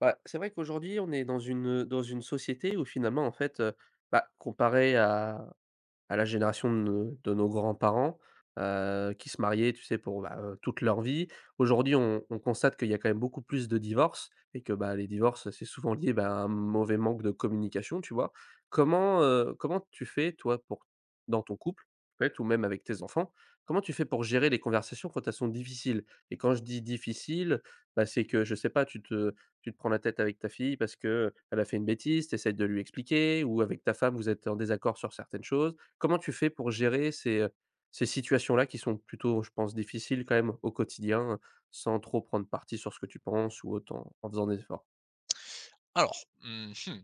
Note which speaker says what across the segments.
Speaker 1: Bah, c'est vrai qu'aujourd'hui, on est dans une société où finalement, en fait, bah, comparé à la génération de nos grands-parents, qui se mariaient, tu sais, pour, bah, toute leur vie. Aujourd'hui, on constate qu'il y a quand même beaucoup plus de divorces et que, bah, les divorces, c'est souvent lié, bah, à un mauvais manque de communication, tu vois? Comment, comment tu fais, toi, pour dans ton couple, en fait, ou même avec tes enfants, comment tu fais pour gérer les conversations quand elles sont difficiles? Et quand je dis difficile, bah, c'est que, je sais pas, tu te prends la tête avec ta fille parce que elle a fait une bêtise, tu essaies de lui expliquer ou avec ta femme, vous êtes en désaccord sur certaines choses. Comment tu fais pour gérer ces situations-là qui sont plutôt, je pense, difficiles quand même au quotidien, sans trop prendre parti sur ce que tu penses ou autant en faisant des efforts?
Speaker 2: Alors,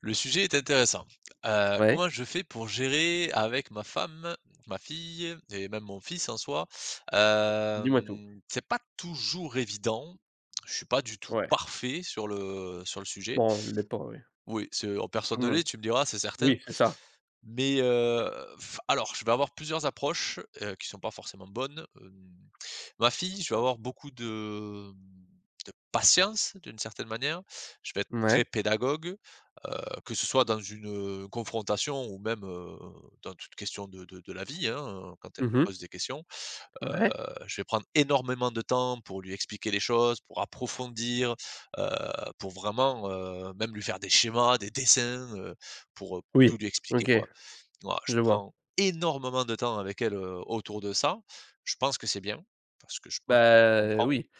Speaker 2: le sujet est intéressant.
Speaker 1: Ouais,
Speaker 2: Comment je fais pour gérer avec ma femme, ma fille et même mon fils en soi?
Speaker 1: dis-moi tout.
Speaker 2: C'est pas toujours évident. Je suis pas du tout
Speaker 1: Ouais,
Speaker 2: parfait sur le sujet.
Speaker 1: bon, les pauvres, oui,
Speaker 2: Oui,
Speaker 1: tout
Speaker 2: personne
Speaker 1: le
Speaker 2: ne
Speaker 1: monde.
Speaker 2: l'est, tu me diras, c'est certain.
Speaker 1: Oui, c'est ça.
Speaker 2: Mais, alors, je vais avoir plusieurs approches, qui sont pas forcément bonnes. Ma fille, je vais avoir beaucoup de patience d'une certaine manière. Je vais être très
Speaker 1: Ouais.
Speaker 2: pédagogue, heu, que ce soit dans une, confrontation ou même, dans toute question de la vie, hein, quand elle me
Speaker 1: Mmh.
Speaker 2: pose des questions.
Speaker 1: Ouais.
Speaker 2: Heu, je vais prendre énormément de temps pour lui expliquer les choses, pour approfondir, heu, pour vraiment, même lui faire des schémas, des dessins, pour
Speaker 1: Oui,
Speaker 2: tout lui expliquer,
Speaker 1: OK,
Speaker 2: quoi. Voilà, je
Speaker 1: je vois.
Speaker 2: prends énormément de temps avec elle, autour de ça. Je pense que c'est bien, parce que je pense qu'elle
Speaker 1: Bah,
Speaker 2: comprend.
Speaker 1: oui.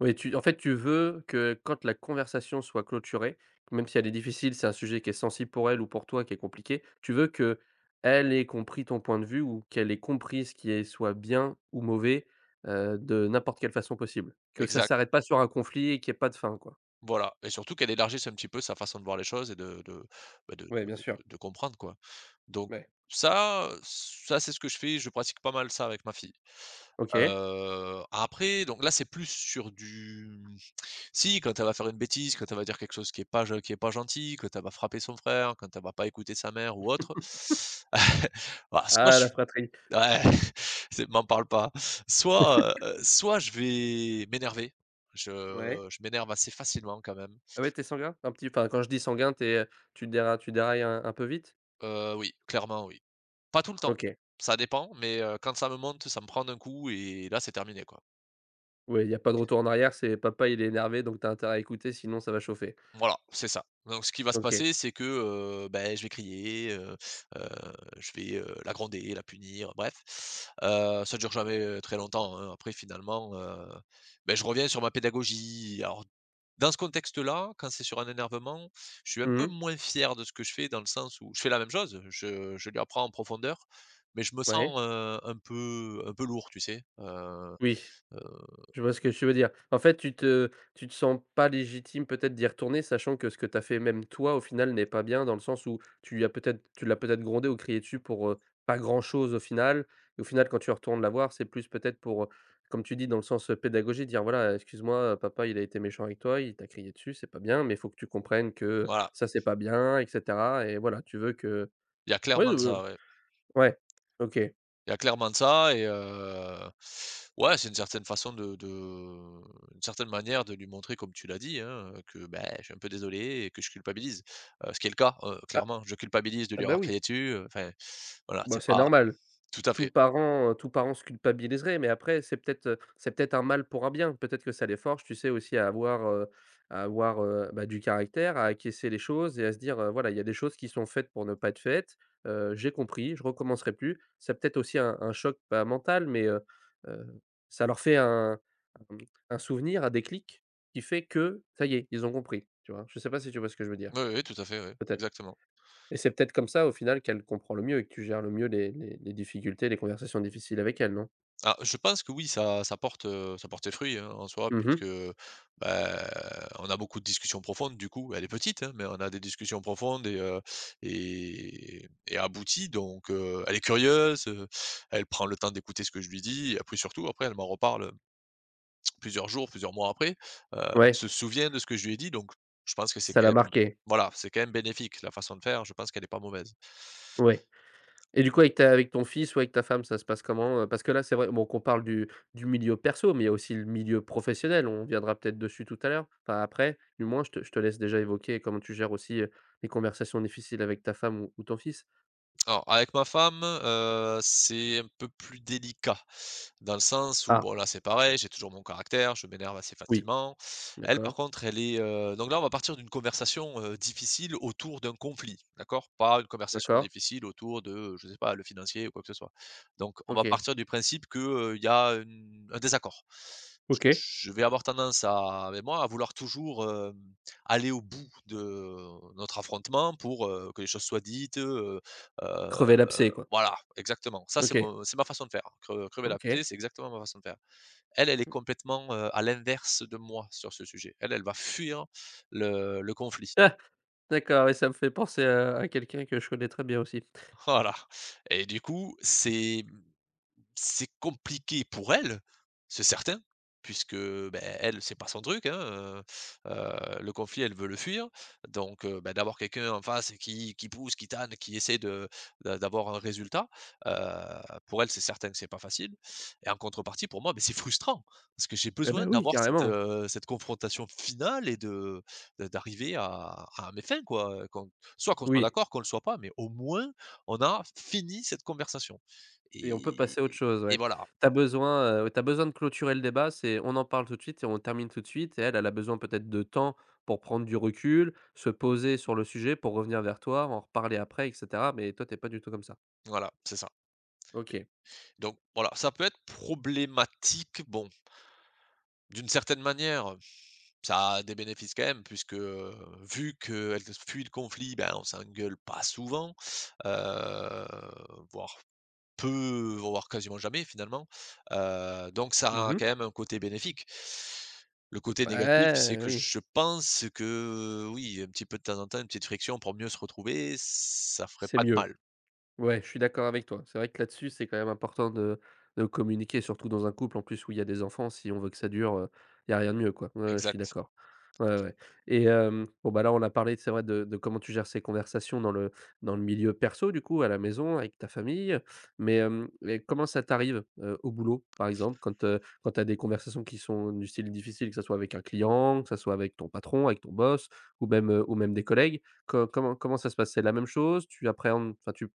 Speaker 1: Oui, tu en fait, tu veux que quand la conversation soit clôturée, même si elle est difficile, c'est un sujet qui est sensible pour elle ou pour toi qui est compliqué, tu veux que elle ait compris ton point de vue ou qu'elle ait compris ce qui est soit bien ou mauvais, de n'importe quelle façon possible. Que ça
Speaker 2: Exact.
Speaker 1: s'arrête pas sur un conflit et qu'il y ait pas de fin, quoi.
Speaker 2: Voilà et surtout qu'elle élargisse un petit peu sa façon de voir les choses et bah, de
Speaker 1: Ouais, bien
Speaker 2: de
Speaker 1: sûr,
Speaker 2: de de comprendre, quoi. Donc
Speaker 1: ouais.
Speaker 2: ça, c'est ce que je fais, je pratique pas mal ça avec ma fille.
Speaker 1: OK.
Speaker 2: Après donc là, c'est plus sur du si, quand elle va faire une bêtise, quand elle va dire quelque chose qui est pas gen qui est pas gentil, quand elle va frapper son frère, quand elle va pas écouter sa mère ou autre, bah, soit
Speaker 1: Ah,
Speaker 2: je
Speaker 1: la fratrie.
Speaker 2: ouais, c'est m'en parle pas. Soit, soit je vais m'énerver,
Speaker 1: Ouais.
Speaker 2: je m'énerve assez facilement quand même.
Speaker 1: Ah ouais, t'es sanguin? Un petit enfin, quand je dis sanguin, t'es. Tu dérailles un peu vite?
Speaker 2: Oui, clairement oui. Pas tout le temps,
Speaker 1: OK.
Speaker 2: ça dépend, mais quand ça me monte, ça me prend d'un coup et là, c'est terminé, quoi.
Speaker 1: Ouais, il y a pas de retour en arrière, c'est papa il est énervé donc t'as intérêt à écouter sinon ça va chauffer.
Speaker 2: Voilà, c'est ça. Donc ce qui va se
Speaker 1: OK.
Speaker 2: passer, c'est que, beh, je vais crier, heu, je vais, la gronder, la punir, bref. Ça dure jamais, très longtemps, hein. Après finalement, beh, je reviens sur ma pédagogie. Alors dans ce contexte-là, quand c'est sur un énervement, je suis un
Speaker 1: Mmh
Speaker 2: peu
Speaker 1: mh.
Speaker 2: moins fier de ce que je fais dans le sens où je fais la même chose, je lui apprends en profondeur, mais je me
Speaker 1: Ouais.
Speaker 2: sens, un peu lourd, tu sais?
Speaker 1: Oui,
Speaker 2: Heu,
Speaker 1: je vois ce que tu veux dire. En fait, tu te sens pas légitime peut-être d'y retourner, sachant que ce que tu as fait même toi, au final, n'est pas bien dans le sens où tu l'as peut-être grondé ou crié dessus pour, pas grand-chose au final. Et Au final, quand tu retournes la voir, c'est plus peut-être pour, comme tu dis dans le sens, pédagogique, dire: «Voilà, excuse-moi, papa, il a été méchant avec toi, il t'a crié dessus, c'est pas bien, mais il faut que tu comprennes que,
Speaker 2: voilà,
Speaker 1: ça, c'est pas bien et cetera» et voilà, tu veux que
Speaker 2: il y a
Speaker 1: ouais,
Speaker 2: clairement de
Speaker 1: ouais,
Speaker 2: ça, ouais.
Speaker 1: Ouais. OK.
Speaker 2: Il y a clairement de ça et ouais, c'est une certaine façon de une certaine manière de lui montrer, comme tu l'as dit, hein, que, ben je suis un peu désolé et que je culpabilise. Ce qui est le cas,
Speaker 1: Ah,
Speaker 2: clairement, je culpabilise de
Speaker 1: ah,
Speaker 2: lui
Speaker 1: bah,
Speaker 2: avoir
Speaker 1: oui,
Speaker 2: crié dessus, enfin, voilà,
Speaker 1: bah,
Speaker 2: c'est
Speaker 1: c'est
Speaker 2: pas
Speaker 1: normal.
Speaker 2: tout à fait.
Speaker 1: Tout parent se culpabiliserait, mais après c'est peut-être un mal pour un bien. Peut-être que ça les forge, tu sais, aussi à avoir, bah, du caractère, à acquiescer les choses et à se dire, «Voilà, il y a des choses qui sont faites pour ne pas être faites, j'ai compris, je recommencerai plus». C'est peut-être aussi un choc, pas mental, mais heu, ça leur fait un mmh, un souvenir, un déclic qui fait que ça y est, ils ont compris, tu vois? Je sais pas si tu vois ce que je veux dire?
Speaker 2: Oui, oui, tout à fait, oui,
Speaker 1: Peut-être.
Speaker 2: exactement.
Speaker 1: Et c'est peut-être comme ça, au final, qu'elle comprend le mieux et que tu gères le mieux les difficultés, les conversations difficiles avec elle, non?
Speaker 2: Ah, je pense que oui, ça porte, ça porte ses fruits, hein, en soi,
Speaker 1: Mmh mh.
Speaker 2: puisque, bah, on a beaucoup de discussions profondes du coup. Elle est petite, hein, mais on a des discussions profondes et et abouties donc elle est curieuse, elle prend le temps d'écouter ce que je lui dis et après surtout, après elle m'en reparle, plusieurs jours, plusieurs mois après. Elle
Speaker 1: Ouais,
Speaker 2: se souvient de ce que je lui ai dit donc je pense que c'est
Speaker 1: ça
Speaker 2: quand
Speaker 1: l'a
Speaker 2: même
Speaker 1: marquée.
Speaker 2: voilà, c'est quand même bénéfique la façon de faire, je pense qu'elle n'est pas mauvaise.
Speaker 1: Ouais. Et du coup, avec ta avec ton fils ou avec ta femme, ça se passe comment, heu? Parce que là, c'est vrai bon qu'on parle du milieu perso, mais il y a aussi le milieu professionnel. On viendra peut-être dessus tout à l'heure, enfin après, du moins je te laisse déjà évoquer comment tu gères aussi, les conversations difficiles avec ta femme ou ton fils.
Speaker 2: Alors, avec ma femme, c'est un peu plus délicat, dans le sens où,
Speaker 1: Ah,
Speaker 2: bon, là, c'est pareil, j'ai toujours mon caractère, je m'énerve assez
Speaker 1: oui,
Speaker 2: facilement. Elle, par
Speaker 1: d'accord,
Speaker 2: contre, donc là, on va partir d'une conversation, difficile autour d'un conflit, d'accord? Pas une conversation
Speaker 1: d'accord,
Speaker 2: difficile autour de, je sais pas, le financier ou quoi que ce soit. Donc on va
Speaker 1: OK,
Speaker 2: partir du principe que, il y a une un désaccord.
Speaker 1: OK.
Speaker 2: Je vais avoir tendance à mais moi, à vouloir toujours, aller au bout de notre affrontement pour, que les choses soient dites, Heu,
Speaker 1: Crever l'abcès, quoi.
Speaker 2: voilà, exactement. Ça,
Speaker 1: OK,
Speaker 2: c'est ma façon de faire, hein. Crever la l'abcès,
Speaker 1: OK.
Speaker 2: c'est exactement ma façon de faire. Elle, elle est complètement, à l'inverse de moi sur ce sujet. Elle, elle va fuir le conflit.
Speaker 1: D'accord et ça me fait penser à quelqu'un que je connais très bien aussi.
Speaker 2: Voilà et du coup, c'est compliqué pour elle, c'est certain, puisque, beh, elle, c'est pas son truc, hein, heu heu, le conflit, elle veut le fuir. Donc bah, d'avoir quelqu'un en face qui pousse, qui tanne, qui essaie de d'avoir un résultat, heu, pour elle, c'est certain que c'est pas facile et en contrepartie, pour moi, beh, c'est frustrant parce que j'ai
Speaker 1: Eh ben
Speaker 2: besoin
Speaker 1: oui,
Speaker 2: d'avoir cette,
Speaker 1: carrément.
Speaker 2: cette confrontation finale et de d'arriver à mes fins, quoi, qu'on soit
Speaker 1: Oui
Speaker 2: d'accord, qu'on le soit pas, mais au moins, on a fini cette conversation
Speaker 1: et on peut passer à autre chose,
Speaker 2: et
Speaker 1: ouais.
Speaker 2: voilà,
Speaker 1: T'as besoin, tu besoin de clôturer le débat, c'est on en parle tout de suite et on termine tout de suite et elle, elle a besoin peut-être de temps pour prendre du recul, se poser sur le sujet pour revenir vers toi, en reparler après et cetera mais toi, t'es pas du tout comme ça.
Speaker 2: voilà, c'est ça.
Speaker 1: OK.
Speaker 2: Donc voilà, ça peut être problématique, bon, d'une certaine manière, ça a des bénéfices quand même puisque, vu qu'elle fuit le conflit, ben, on s'engueule pas souvent, heu, voire peu, voire quasiment jamais finalement, donc ça a quand
Speaker 1: Mmh.
Speaker 2: même un côté bénéfique. Le côté négatif, c'est
Speaker 1: Ouais,
Speaker 2: que
Speaker 1: oui,
Speaker 2: je pense que oui, un petit peu de temps en temps, une petite friction pour mieux se retrouver, ça ferait
Speaker 1: c'est
Speaker 2: pas de
Speaker 1: mieux.
Speaker 2: mal.
Speaker 1: Ouais, je suis d'accord avec toi. C'est vrai que là-dessus, c'est quand même important de communiquer, surtout dans un couple en plus où il y a des enfants. Si on veut que ça dure, il y a rien de mieux, quoi. Ouais, ouais, je suis
Speaker 2: Exact.
Speaker 1: d'accord. Ouais, ouais ouais. et hem, bon, bah, là, on a parlé, c'est vrai, de comment tu gères ces conversations dans le milieu perso, du coup, à la maison, avec ta famille. Mais, hem, mais comment ça t'arrive, au boulot, par exemple, quand, quand tu as des conversations qui sont du style difficile, que ça soit avec un client, que ça soit avec ton patron, avec ton boss ou même des collègues? Co comment Comment ça se passe? C'est la même chose? Tu appréhendes enfin,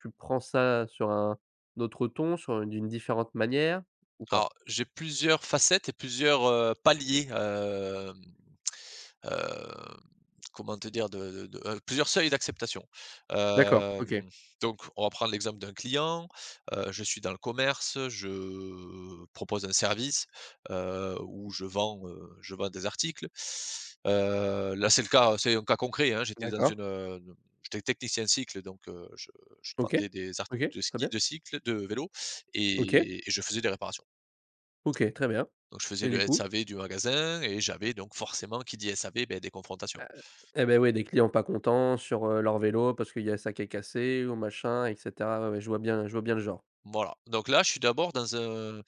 Speaker 1: tu prends ça sur un autre ton, sur une d'une différente manière ou pas?
Speaker 2: Alors, j'ai plusieurs facettes et plusieurs, paliers, heu, comment te dire? Plusieurs seuils d'acceptation.
Speaker 1: D'accord, OK.
Speaker 2: Hem, donc on va prendre l'exemple d'un client, je suis dans le commerce, je propose un service, où je vends des articles. Là, c'est un cas concret, hein,
Speaker 1: D'accord.
Speaker 2: j'étais technicien cycle donc, je
Speaker 1: OK.
Speaker 2: vendais des articles
Speaker 1: OK.
Speaker 2: de
Speaker 1: Très
Speaker 2: ski
Speaker 1: bien.
Speaker 2: de cycle, de vélo
Speaker 1: OK.
Speaker 2: et je faisais des réparations.
Speaker 1: OK, très bien
Speaker 2: Donc je faisais
Speaker 1: et
Speaker 2: le
Speaker 1: du coup?
Speaker 2: SAV du magasin et j'avais donc forcément, qui dit SAV, ben des confrontations.
Speaker 1: Heu, eh ben oui, des clients pas contents sur, leur vélo parce qu'il y a ça qui est cassé ou machin et cetera. Ouais, ouais, je vois bien le genre.
Speaker 2: Voilà. Donc là, je suis d'abord dans un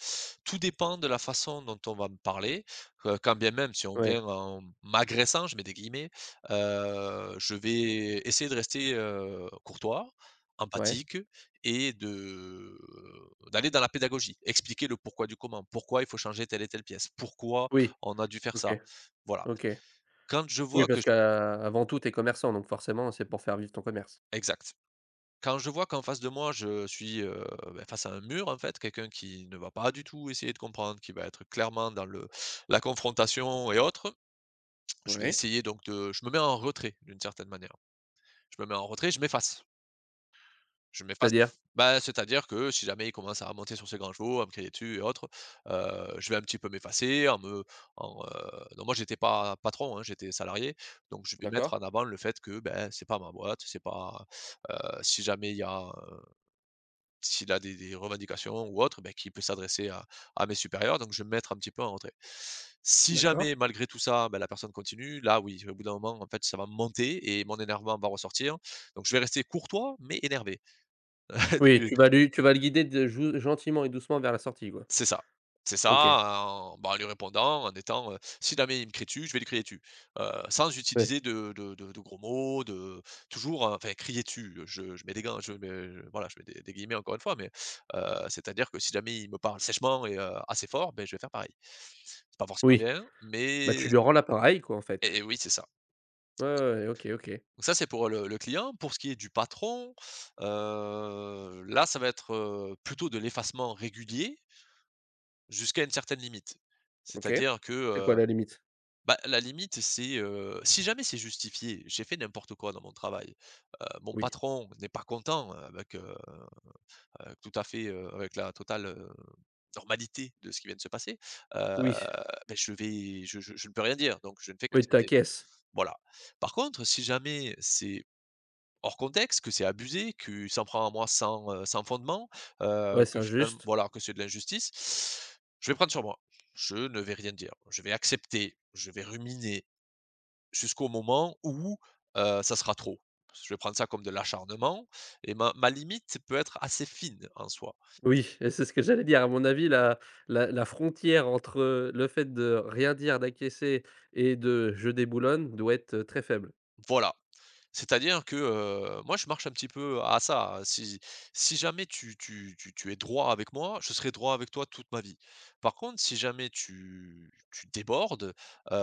Speaker 2: tout dépend de la façon dont on va me parler, quand bien même si on
Speaker 1: Ouais,
Speaker 2: vient en «m'agressant», je mets des guillemets, je vais essayer de rester, courtois,
Speaker 1: ouais.
Speaker 2: empathique et de d'aller dans la pédagogie. Expliquer le pourquoi du comment, pourquoi il faut changer telle et telle pièce, pourquoi
Speaker 1: Oui,
Speaker 2: on a dû faire
Speaker 1: OK,
Speaker 2: ça. Voilà.
Speaker 1: OK.
Speaker 2: Quand je
Speaker 1: Oui,
Speaker 2: vois que
Speaker 1: parce
Speaker 2: j
Speaker 1: qu'avant tout, t'es commerçant, donc forcément, c'est pour faire vivre ton commerce.
Speaker 2: Exact. Quand je vois qu'en face de moi, je suis, bah, face à un mur, en fait, quelqu'un qui ne va pas du tout essayer de comprendre, qui va être clairement dans le la confrontation et autres, je vais
Speaker 1: Ouais.
Speaker 2: essayer donc de je me mets en retrait, d'une certaine manière. Je me mets en retrait, je m'efface. Je m'efface
Speaker 1: C'est-à-dire?
Speaker 2: f bah, c'est-à-dire que si jamais il commence à monter sur ses grands chevaux, à me crier dessus et autres, je vais un petit peu m'effacer donc moi j'étais pas patron, hein, j'étais salarié, donc je vais
Speaker 1: D'accord,
Speaker 2: mettre en avant le fait que, ben, c'est pas ma boîte, c'est pas, heu, si jamais il y a s'il a des revendications ou autres, ben qu'il peut s'adresser à mes supérieurs, donc je vais me mettre un petit peu en retrait. Si
Speaker 1: d'accord.
Speaker 2: jamais, malgré tout ça, ben la personne continue, là oui, au bout d'un moment, en fait, ça va monter et mon énervement va ressortir, donc je vais rester courtois mais énervé.
Speaker 1: Oui, tu vas le guider de jou gentiment et doucement vers la sortie, quoi.
Speaker 2: C'est ça. C'est ça,
Speaker 1: OK.
Speaker 2: en bah, en lui répondant, en étant, si jamais il me crie dessus, je vais lui crier dessus, sans
Speaker 1: Ouais.
Speaker 2: utiliser de gros mots, de toujours, enfin crier dessus, je mets des gants, je mets, voilà, je mets des guillemets encore une fois, mais heu, c'est-à-dire que si jamais il me parle sèchement et assez fort, ben je vais faire pareil. C'est pas forcément
Speaker 1: Oui.
Speaker 2: bien,
Speaker 1: Bah, tu
Speaker 2: mais
Speaker 1: lui rends l'appareil quoi, en fait.
Speaker 2: et oui, c'est ça.
Speaker 1: Ouais, ouais, ouais, OK, OK,
Speaker 2: Donc ça, c'est pour le client. Pour ce qui est du patron, là, ça va être, plutôt de l'effacement régulier jusqu'à une certaine limite.
Speaker 1: OK.
Speaker 2: C'est-à-dire que,
Speaker 1: C'est quoi
Speaker 2: heu
Speaker 1: la limite?
Speaker 2: Bah, la limite, c'est, si jamais c'est justifié, j'ai fait n'importe quoi dans mon travail, mon
Speaker 1: Oui,
Speaker 2: patron n'est pas content avec, avec tout à fait, avec la totale, normalité de ce qui vient de se passer, heu,
Speaker 1: oui,
Speaker 2: beh, je vais je ne peux rien dire, donc je ne fais
Speaker 1: oui, de ta
Speaker 2: qu'accepter.
Speaker 1: caisse.
Speaker 2: Voilà. Par contre, si jamais c'est hors contexte, que c'est abusé, qu'il s'en prend à moi sans, sans fondement,
Speaker 1: Ouais, c'est
Speaker 2: que finalement
Speaker 1: injuste.
Speaker 2: voilà, que c'est de l'injustice, je vais prendre sur moi. Je ne vais rien dire. Je vais accepter, je vais ruminer, jusqu'au moment où, ça sera trop. Je vais prendre ça comme de l'acharnement et ma limite peut être assez fine en soi.
Speaker 1: Oui et c'est ce que j'allais dire. À mon avis, la frontière entre, le fait de rien dire, d'acquiescer et de «je déboulonne» doit être, très faible.
Speaker 2: Voilà. C'est-à-dire que, moi je marche un petit peu à ça, hein. Si jamais tu es droit avec moi, je serai droit avec toi toute ma vie. Par contre, si jamais tu débordes,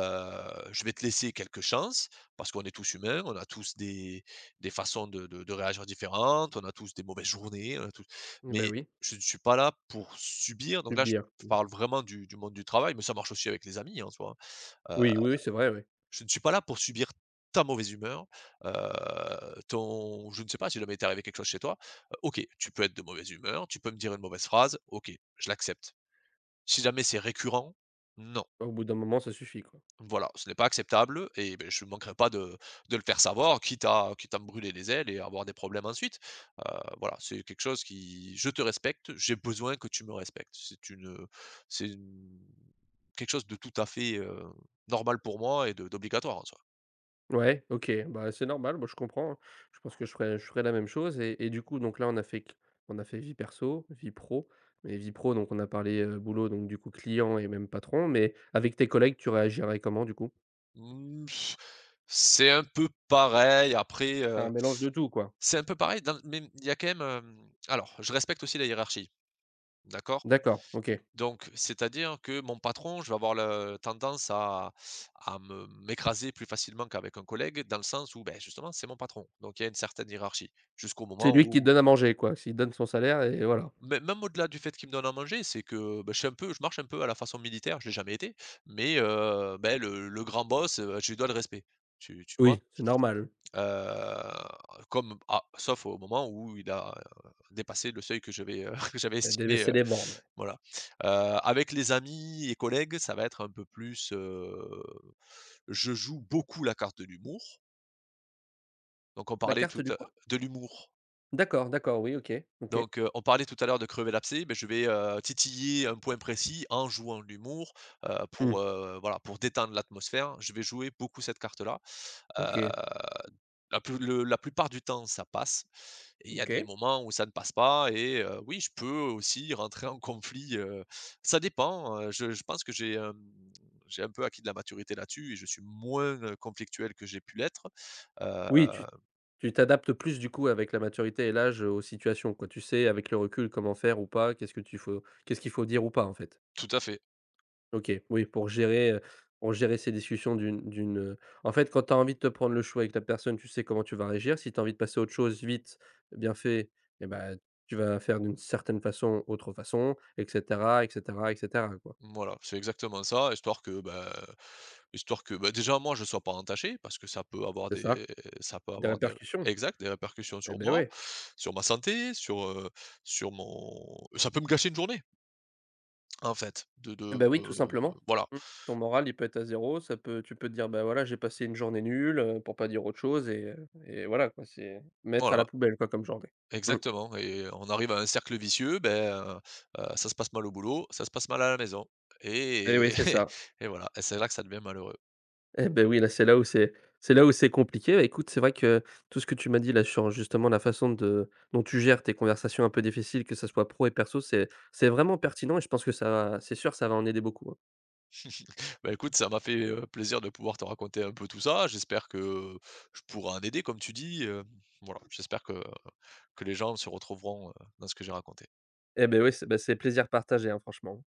Speaker 2: je vais te laisser quelques chances parce qu'on est tous humains, on a tous des façons de réagir différentes, on a tous des mauvaises journées, on a tous
Speaker 1: Eh Ben
Speaker 2: mais
Speaker 1: oui,
Speaker 2: je ne suis pas là pour subir donc là, je
Speaker 1: subir.
Speaker 2: parle vraiment du monde du travail, mais ça marche aussi avec les amis en soi.
Speaker 1: Oui, oui, oui, c'est vrai, oui.
Speaker 2: Je ne suis pas là pour subir ta mauvaise humeur, heu, ton je ne sais pas, si jamais il t'est arrivé quelque chose chez toi, OK, tu peux être de mauvaise humeur, tu peux me dire une mauvaise phrase, OK, je l'accepte. Si jamais c'est récurrent, non,
Speaker 1: Bah, au bout d'un moment, ça suffit, quoi.
Speaker 2: voilà, ce n'est pas acceptable et beh, je ne manquerai pas de de le faire savoir, quitte à quitte à me brûler les ailes et avoir des problèmes ensuite. Voilà, c'est quelque chose qui je te respecte, j'ai besoin que tu me respectes. C'est une quelque chose de tout à fait, normal pour moi et de d'obligatoire en soi.
Speaker 1: Ouais, OK, bah, c'est normal, moi je comprends, hein. Je pense que je ferais la même chose et du coup donc là on a fait q on a fait vie perso, vie pro, mais vie pro donc on a parlé, boulot donc du coup client et même patron, mais avec tes collègues tu réagirais comment du coup?
Speaker 2: Mmh. C'est un peu pareil, après,
Speaker 1: Un mélange de tout quoi?
Speaker 2: c'est un peu pareil dans mais il y a quand même, alors je respecte aussi la hiérarchie, d'accord?
Speaker 1: D'accord, OK.
Speaker 2: Donc c'est-à-dire que mon patron, je vais avoir la tendance à me m'écraser plus facilement qu'avec un collègue dans le sens où, ben, justement, c'est mon patron, donc il y a une certaine hiérarchie. Jusqu'au
Speaker 1: C'est
Speaker 2: moment
Speaker 1: lui qui te
Speaker 2: où
Speaker 1: donne à manger quoi, s'il donne son salaire et voilà.
Speaker 2: mais même au-delà du fait qu'il me donne à manger, c'est que, bah, je suis un peu je marche un peu à la façon militaire, je l'ai jamais été, mais beh, le grand boss, je lui dois le respect. Tu
Speaker 1: Oui,
Speaker 2: vois?
Speaker 1: c'est normal.
Speaker 2: Comme ah, sauf au moment où il a, dépassé le seuil que je vais, que j'avais
Speaker 1: Elle devait
Speaker 2: estimé,
Speaker 1: les bornes.
Speaker 2: voilà. Heu, Avec les amis et collègues, ça va être un peu plus, je joue beaucoup la carte de l'humour. Donc on
Speaker 1: La
Speaker 2: parlait
Speaker 1: carte
Speaker 2: tout
Speaker 1: du
Speaker 2: à
Speaker 1: quoi?
Speaker 2: de l'humour.
Speaker 1: D'accord, d'accord, oui OK, OK.
Speaker 2: Donc, on parlait tout à l'heure de crever l'abcès, mais je vais, titiller un point précis en jouant de l'humour,
Speaker 1: Mmh.
Speaker 2: pour, voilà, pour détendre l'atmosphère. Je vais jouer beaucoup cette carte-là. Heu,
Speaker 1: OK,
Speaker 2: la plus le la plupart du temps, ça passe. Et il y a des
Speaker 1: OK.
Speaker 2: moments où ça ne passe pas et oui, je peux aussi rentrer en conflit, ça dépend, je pense que j'ai, j'ai un peu acquis de la maturité là-dessus et je suis moins, conflictuel que j'ai pu l'être, heu
Speaker 1: Oui, tu Tu t'adaptes plus du coup avec la maturité et l'âge, aux situations quoi. Tu sais avec le recul comment faire ou pas, qu'est-ce qu'il faut dire ou pas en fait?
Speaker 2: Tout à fait.
Speaker 1: OK, oui pour gérer ces discussions d'une, en fait quand tu as envie de te prendre le chou avec la personne, tu sais comment tu vas réagir. Si tu as envie de passer à autre chose vite, bien fait et ben, tu vas faire d'une certaine façon, autre façon et cetera et cetera et cetera quoi.
Speaker 2: Voilà, c'est exactement ça, histoire que, bah, déjà moi je ne sois pas entaché parce que ça peut avoir
Speaker 1: C'est ça?
Speaker 2: des ça peut
Speaker 1: Des
Speaker 2: avoir des
Speaker 1: répercussions?
Speaker 2: exact, des répercussions
Speaker 1: Eh
Speaker 2: sur
Speaker 1: ben oui.
Speaker 2: moi, sur ma santé, sur, sur mon ça peut me gâcher une journée en fait de
Speaker 1: Eh
Speaker 2: de,
Speaker 1: bah, oui, tout simplement.
Speaker 2: voilà,
Speaker 1: Mmh. Ton moral, il peut être à zéro. Ça peut tu peux te dire: «Bah, voilà, j'ai passé une journée nulle», pour pas dire autre chose et voilà, quoi, c'est mettre à la
Speaker 2: voilà.
Speaker 1: poubelle, quoi, comme journée. Mmh
Speaker 2: Exactement et on arrive à un cercle vicieux, Ben, ça se passe mal au boulot, ça se passe mal à la maison
Speaker 1: et
Speaker 2: et
Speaker 1: oui, c'est ça.
Speaker 2: et voilà et c'est là que ça devient malheureux.
Speaker 1: Et ben oui, là, c'est là où c'est compliqué. Bah, écoute, c'est vrai que tout ce que tu m'as dit, là, sur justement la façon de dont tu gères tes conversations un peu difficiles, que ça soit pro et perso, c'est vraiment pertinent et je pense que ça va c'est sûr, ça va en aider beaucoup, hein.
Speaker 2: Ben écoute, ça m'a fait, plaisir de pouvoir te raconter un peu tout ça. J'espère que je pourrai en aider comme tu dis, voilà. J'espère que les gens se retrouveront, dans ce que j'ai raconté.
Speaker 1: Eh ben oui, c'est bah, c'est plaisir partagé, hein, franchement.